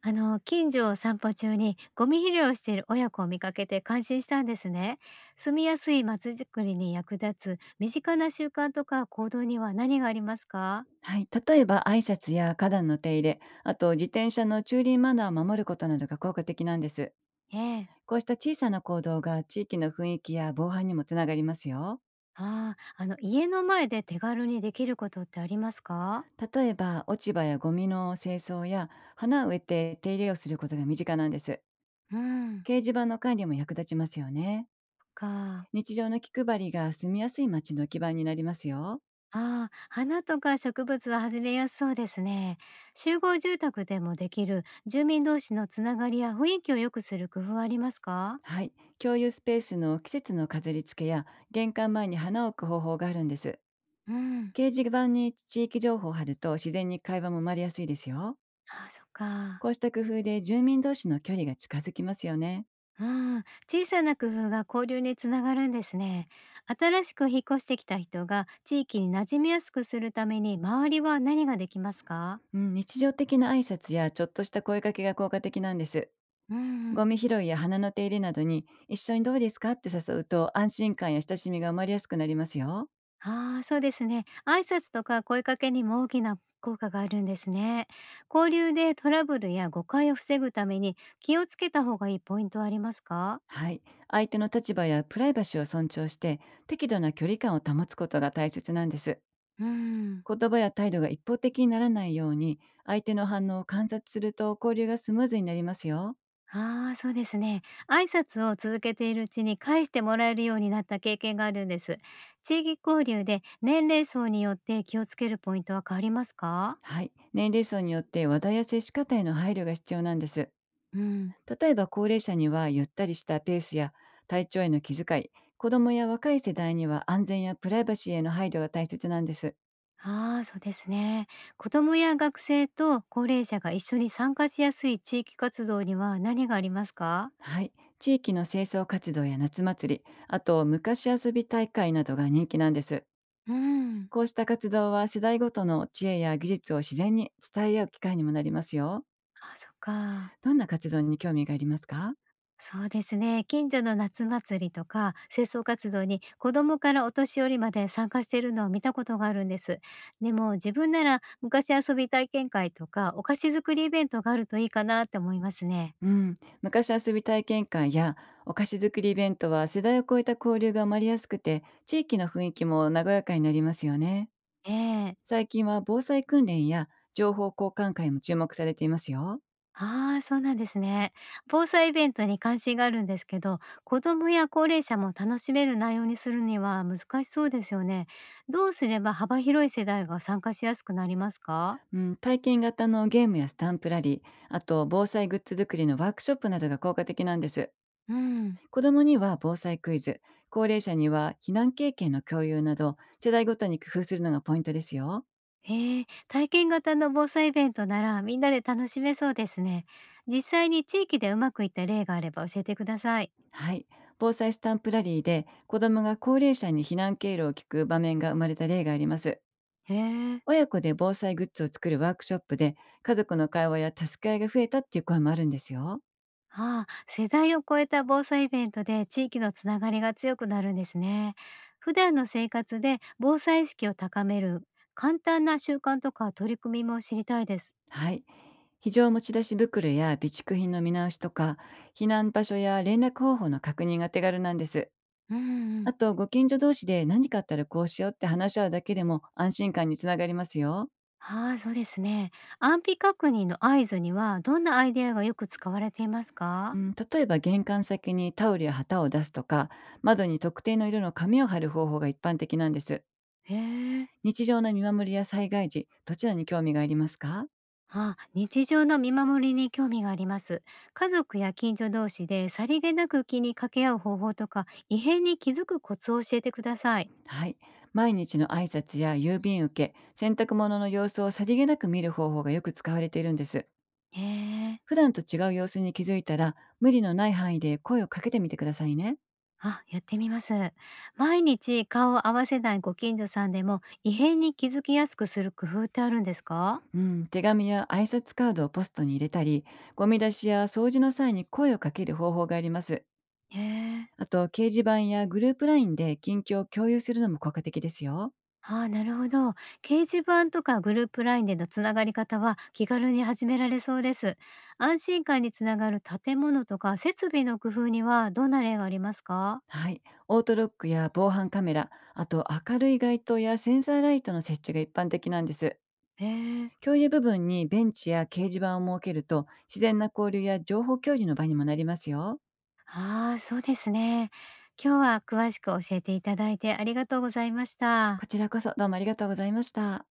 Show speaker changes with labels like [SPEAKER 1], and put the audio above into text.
[SPEAKER 1] あの、近所を散歩中にゴミ拾いをしている親子を見かけて感心したんですね。住みやすい街づくりに役立つ身近な習慣とか行動には何がありますか？
[SPEAKER 2] はい、例えば挨拶や花壇の手入れ、あと自転車の駐輪マナーを守ることなどが効果的なんです。
[SPEAKER 1] ええ。
[SPEAKER 2] こうした小さな行動が地域の雰囲気や防犯にもつながりますよ。
[SPEAKER 1] ああ、あの、家の前で手軽にできることってありますか？
[SPEAKER 2] 例えば落ち葉やゴミの清掃や花を植えて手入れをすることが身近なんです。
[SPEAKER 1] うん。
[SPEAKER 2] 掲示板の管理も役立ちますよね。
[SPEAKER 1] か。
[SPEAKER 2] 日常の気配りが住みやすい街の基盤になりますよ。
[SPEAKER 1] ああ、花とか植物は始めやすそうですね。集合住宅でもできる住民同士のつながりや雰囲気を良くする工夫はありますか？
[SPEAKER 2] はい、共有スペースの季節の飾り付けや玄関前に花を置く方法があるんです。
[SPEAKER 1] うん。
[SPEAKER 2] 掲示板に地域情報を貼ると自然に会話も生まれやすいですよ。
[SPEAKER 1] ああ、そっか。
[SPEAKER 2] こうした工夫で住民同士の距離が近づきますよね。
[SPEAKER 1] ああ、小さな工夫が交流につながるんですね。新しく引っ越してきた人が地域に馴染みやすくするために周りは何ができますか？
[SPEAKER 2] うん、日常的な挨拶やちょっとした声かけが効果的なんです。
[SPEAKER 1] う
[SPEAKER 2] ゴ
[SPEAKER 1] ん。
[SPEAKER 2] ミ拾いや花の手入れなどに一緒にどうですかって誘うと安心感や親しみが生まれやすくなりますよ。
[SPEAKER 1] ああ、そうですね。挨拶とか声かけにも大きな効果があるんですね。交流でトラブルや誤解を防ぐために気をつけた方がいいポイントはありますか？
[SPEAKER 2] はい。相手の立場やプライバシーを尊重して、適度な距離感を保つことが大切なんです。
[SPEAKER 1] うん。
[SPEAKER 2] 言葉や態度が一方的にならないように、相手の反応を観察すると交流がスムーズになりますよ。
[SPEAKER 1] ああ、そうですね。挨拶を続けているうちに返してもらえるようになった経験があるんです。地域交流で年齢層によって気をつけるポイントは変わりますか？
[SPEAKER 2] はい。年齢層によって話題や接し方への配慮が必要なんです。
[SPEAKER 1] うん。
[SPEAKER 2] 例えば高齢者にはゆったりしたペースや体調への気遣い、子どもや若い世代には安全やプライバシーへの配慮が大切なんです。
[SPEAKER 1] ああー、そうですね。子供や学生と高齢者が一緒に参加しやすい地域活動には何がありますか？
[SPEAKER 2] はい。地域の清掃活動や夏祭り、あと昔遊び大会などが人気なんです。
[SPEAKER 1] うん。
[SPEAKER 2] こうした活動は世代ごとの知恵や技術を自然に伝え合う機会にもなりますよ。
[SPEAKER 1] あー、そっか。
[SPEAKER 2] どんな活動に興味がありますか？
[SPEAKER 1] そうですね。近所の夏祭りとか清掃活動に子供からお年寄りまで参加しているのを見たことがあるんです。でも、自分なら昔遊び体験会とかお菓子作りイベントがあるといいかなって思いますね。
[SPEAKER 2] うん、昔遊び体験会やお菓子作りイベントは世代を超えた交流が生まれやすくて、地域の雰囲気も和やかになりますよね。
[SPEAKER 1] ええ。
[SPEAKER 2] 最近は防災訓練や情報交換会も注目されていますよ。
[SPEAKER 1] ああ、そうなんですね。防災イベントに関心があるんですけど、子供や高齢者も楽しめる内容にするには難しそうですよね。どうすれば幅広い世代が参加しやすくなりますか？
[SPEAKER 2] うん、体験型のゲームやスタンプラリー、あと防災グッズ作りのワークショップなどが効果的なんです。
[SPEAKER 1] うん。
[SPEAKER 2] 子供には防災クイズ、高齢者には避難経験の共有など、世代ごとに工夫するのがポイントですよ。
[SPEAKER 1] へえ、体験型の防災イベントならみんなで楽しめそうですね。実際に地域でうまくいった例があれば教えてください。
[SPEAKER 2] はい。防災スタンプラリーで子どもが高齢者に避難経路を聞く場面が生まれた例があります。
[SPEAKER 1] へえ。
[SPEAKER 2] 親子で防災グッズを作るワークショップで、家族の会話や助け合いが増えたっていう声もあるんですよ。
[SPEAKER 1] ああ、世代を超えた防災イベントで地域のつながりが強くなるんですね。普段の生活で防災意識を高める簡単な習慣とか取り組みも知りたいです。
[SPEAKER 2] はい。非常持ち出し袋や備蓄品の見直しとか、避難場所や連絡方法の確認が手軽なんです。
[SPEAKER 1] うんう
[SPEAKER 2] あ
[SPEAKER 1] ん。
[SPEAKER 2] と、ご近所同士で何かあったらこうしようって話し合うだけでも安心感につながりますよ。
[SPEAKER 1] ああ、そうですね。安否確認の合図にはどんなアイデアがよく使われています
[SPEAKER 2] う
[SPEAKER 1] か？
[SPEAKER 2] ん、例えば玄関先にタオルや旗を出すとか、窓に特定の色の紙を貼る方法が一般的なんです。
[SPEAKER 1] へえ。
[SPEAKER 2] 日常の見守りや災害時、どちらに興味がありますか？
[SPEAKER 1] あ、日常の見守りに興味があります。家族や近所同士でさりげなく気に掛け合う方法とか、異変に気づくコツを教えてください。
[SPEAKER 2] はい。毎日の挨拶や郵便受け、洗濯物の様子をさりげなく見る方法がよく使われているんです。
[SPEAKER 1] へえ。
[SPEAKER 2] 普段と違う様子に気づいたら、無理のない範囲で声をかけてみてくださいね。
[SPEAKER 1] あ、やってみます。毎日顔を合わせないご近所さんでも異変に気づきやすくする工夫ってあるんですか？
[SPEAKER 2] うん、手紙や挨拶カードをポストに入れたり、ゴミ出しや掃除の際に声をかける方法があります。
[SPEAKER 1] へえ。
[SPEAKER 2] あと、掲示板やグループラインで近況を共有するのも効果的ですよ。
[SPEAKER 1] あ、なるほど。掲示板とかグループラインでのつながり方は気軽に始められそうです。安心感につながる建物とか設備の工夫にはどんな例がありますか？
[SPEAKER 2] はい。オートロックや防犯カメラ、あと明るい街灯やセンサーライトの設置が一般的なんです。
[SPEAKER 1] ええ。
[SPEAKER 2] 共有部分にベンチや掲示板を設けると、自然な交流や情報共有の場にもなりますよ。
[SPEAKER 1] ああ、そうですね。今日は詳しく教えていただいてありがとうございました。
[SPEAKER 2] こちらこそ、どうもありがとうございました。